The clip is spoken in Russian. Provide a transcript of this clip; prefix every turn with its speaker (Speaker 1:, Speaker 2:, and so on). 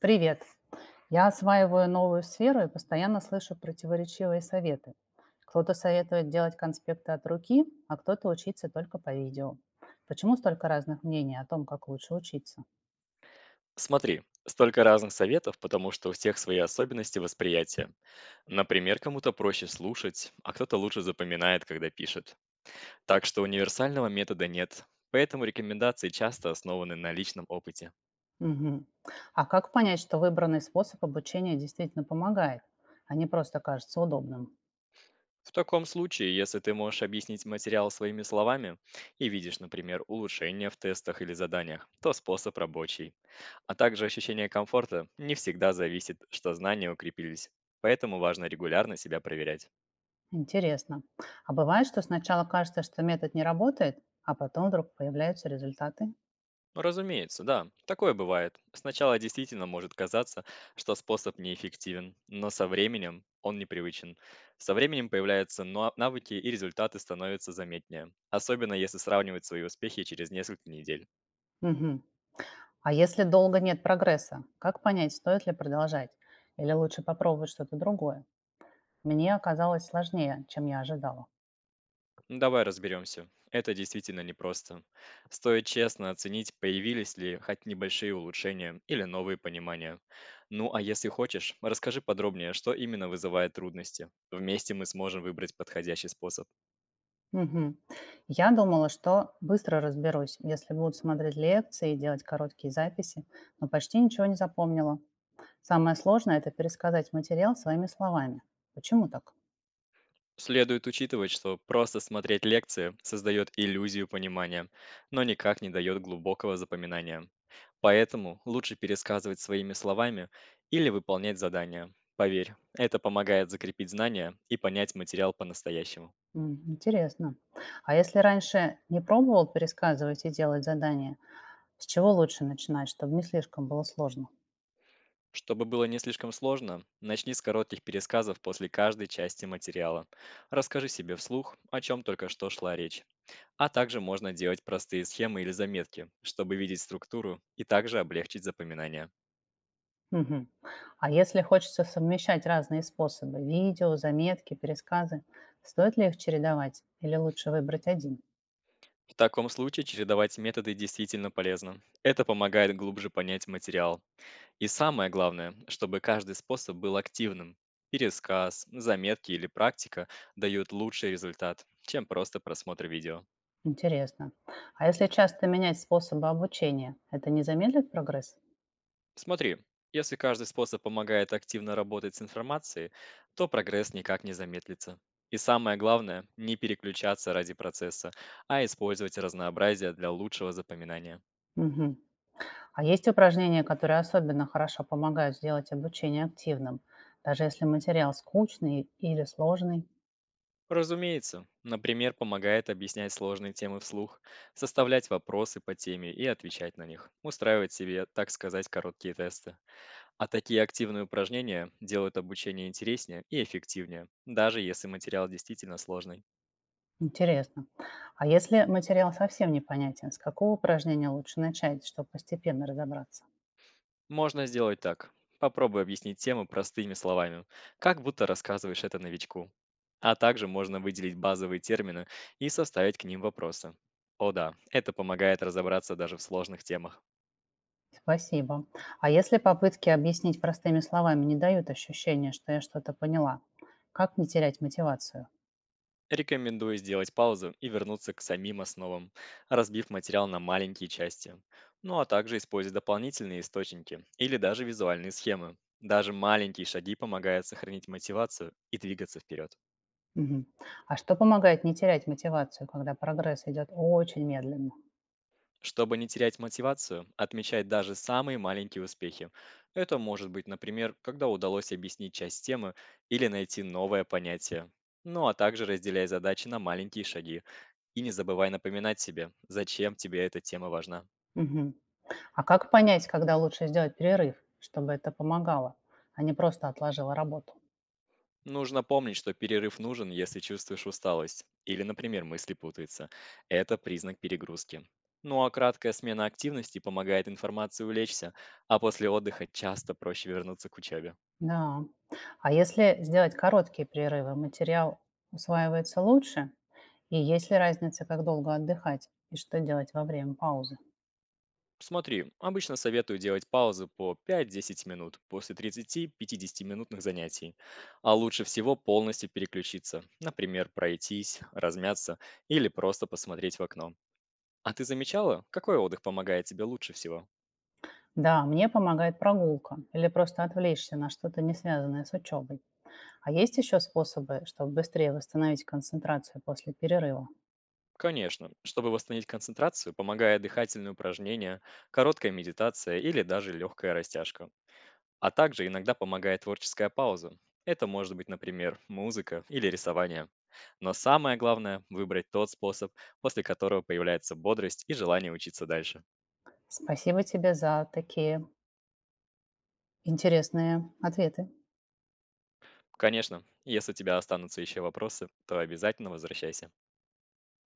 Speaker 1: Привет. Я осваиваю новую сферу и постоянно слышу противоречивые советы. Кто-то советует делать конспекты от руки, а кто-то учиться только по видео. Почему столько разных мнений о том, как лучше учиться?
Speaker 2: Смотри, столько разных советов, потому что у всех свои особенности восприятия. Например, кому-то проще слушать, а кто-то лучше запоминает, когда пишет. Так что универсального метода нет, поэтому рекомендации часто основаны на личном опыте.
Speaker 1: Мгм. А как понять, что выбранный способ обучения действительно помогает, а не просто кажется удобным?
Speaker 2: В таком случае, если ты можешь объяснить материал своими словами и видишь, например, улучшения в тестах или заданиях, то способ рабочий. А также ощущение комфорта не всегда зависит, что знания укрепились, поэтому важно регулярно себя проверять.
Speaker 1: Интересно. А бывает, что сначала кажется, что метод не работает, а потом вдруг появляются результаты?
Speaker 2: Разумеется, да, такое бывает. Сначала действительно может казаться, что способ неэффективен, но со временем он непривычен. Со временем появляются навыки и результаты становятся заметнее, особенно если сравнивать свои успехи через несколько недель.
Speaker 1: Мгм. А если долго нет прогресса, как понять, стоит ли продолжать? Или лучше попробовать что-то другое? Мне оказалось сложнее, чем я ожидала.
Speaker 2: Ну, давай разберемся. Это действительно непросто. Стоит честно оценить, появились ли хоть небольшие улучшения или новые понимания. Ну а если хочешь, расскажи подробнее, что именно вызывает трудности. Вместе мы сможем выбрать подходящий способ.
Speaker 1: Мгм. Я думала, что быстро разберусь, если буду смотреть лекции и делать короткие записи, но почти ничего не запомнила. Самое сложное– это пересказать материал своими словами. Почему так?
Speaker 2: Следует учитывать, что просто смотреть лекции создает иллюзию понимания, но никак не дает глубокого запоминания. Поэтому лучше пересказывать своими словами или выполнять задания. Поверь, это помогает закрепить знания и понять материал по-настоящему.
Speaker 1: М, интересно. А если раньше не пробовал пересказывать и делать задания, с чего лучше начинать, чтобы не слишком было сложно?
Speaker 2: Чтобы было не слишком сложно, начни с коротких пересказов после каждой части материала. Расскажи себе вслух, о чем только что шла речь. А также можно делать простые схемы или заметки, чтобы видеть структуру и также облегчить запоминание.
Speaker 1: Мгм. А если хочется совмещать разные способы– видео, заметки, пересказы– стоит ли их чередовать или лучше выбрать один?
Speaker 2: В таком случае чередовать методы действительно полезно. Это помогает глубже понять материал. И самое главное, чтобы каждый способ был активным. Пересказ, заметки или практика дают лучший результат, чем просто просмотр видео.
Speaker 1: Интересно. А если часто менять способы обучения, это не замедлит прогресс?
Speaker 2: Смотри, если каждый способ помогает активно работать с информацией, то прогресс никак не замедлится. И самое главное, не переключаться ради процесса, а использовать разнообразие для лучшего запоминания.
Speaker 1: Мгм. А есть упражнения, которые особенно хорошо помогают сделать обучение активным, даже если материал скучный или сложный?
Speaker 2: Разумеется, например, помогает объяснять сложные темы вслух, составлять вопросы по теме и отвечать на них, устраивать себе, так сказать, короткие тесты. А такие активные упражнения делают обучение интереснее и эффективнее, даже если материал действительно сложный.
Speaker 1: Интересно. А если материал совсем непонятен, с какого упражнения лучше начать, чтобы постепенно разобраться?
Speaker 2: Можно сделать так. Попробуй объяснить тему простыми словами, как будто рассказываешь это новичку. А также можно выделить базовые термины и составить к ним вопросы. О да, это помогает разобраться даже в сложных темах.
Speaker 1: Спасибо. А если попытки объяснить простыми словами не дают ощущения, что я что-то поняла, как не терять мотивацию?
Speaker 2: Рекомендую сделать паузу и вернуться к самим основам, разбив материал на маленькие части. Ну а также используй дополнительные источники или даже визуальные схемы. Даже маленькие шаги помогают сохранить мотивацию и двигаться вперед.
Speaker 1: Мгм. А что помогает не терять мотивацию, когда прогресс идет очень медленно?
Speaker 2: Чтобы не терять мотивацию, отмечай даже самые маленькие успехи. Это может быть, например, когда удалось объяснить часть темы или найти новое понятие. Ну а также разделяй задачи на маленькие шаги. И не забывай напоминать себе, зачем тебе эта тема важна.
Speaker 1: Мгм. А как понять, когда лучше сделать перерыв, чтобы это помогало, а не просто отложила работу?
Speaker 2: Нужно помнить, что перерыв нужен, если чувствуешь усталость или, например, мысли путаются. Это признак перегрузки. Ну а краткая смена активности помогает информации улечься, а после отдыха часто проще вернуться к учебе.
Speaker 1: Да. А если сделать короткие перерывы, материал усваивается лучше? И есть ли разница, как долго отдыхать и что делать во время паузы?
Speaker 2: Смотри, обычно советую делать паузу по 5-10 минут после 30-50-минутных занятий. А лучше всего полностью переключиться, например, пройтись, размяться или просто посмотреть в окно. А ты замечала, какой отдых помогает тебе лучше всего?
Speaker 1: Да, мне помогает прогулка или просто отвлечься на что-то не связанное с учебой. А есть еще способы, чтобы быстрее восстановить концентрацию после перерыва?
Speaker 2: Конечно, чтобы восстановить концентрацию, помогает дыхательные упражнения, короткая медитация или даже легкая растяжка. А также иногда помогает творческая пауза. Это может быть, например, музыка или рисование. Но самое главное– выбрать тот способ, после которого появляется бодрость и желание учиться дальше.
Speaker 1: Спасибо тебе за такие интересные ответы.
Speaker 2: Конечно, если у тебя останутся еще вопросы, то обязательно возвращайся.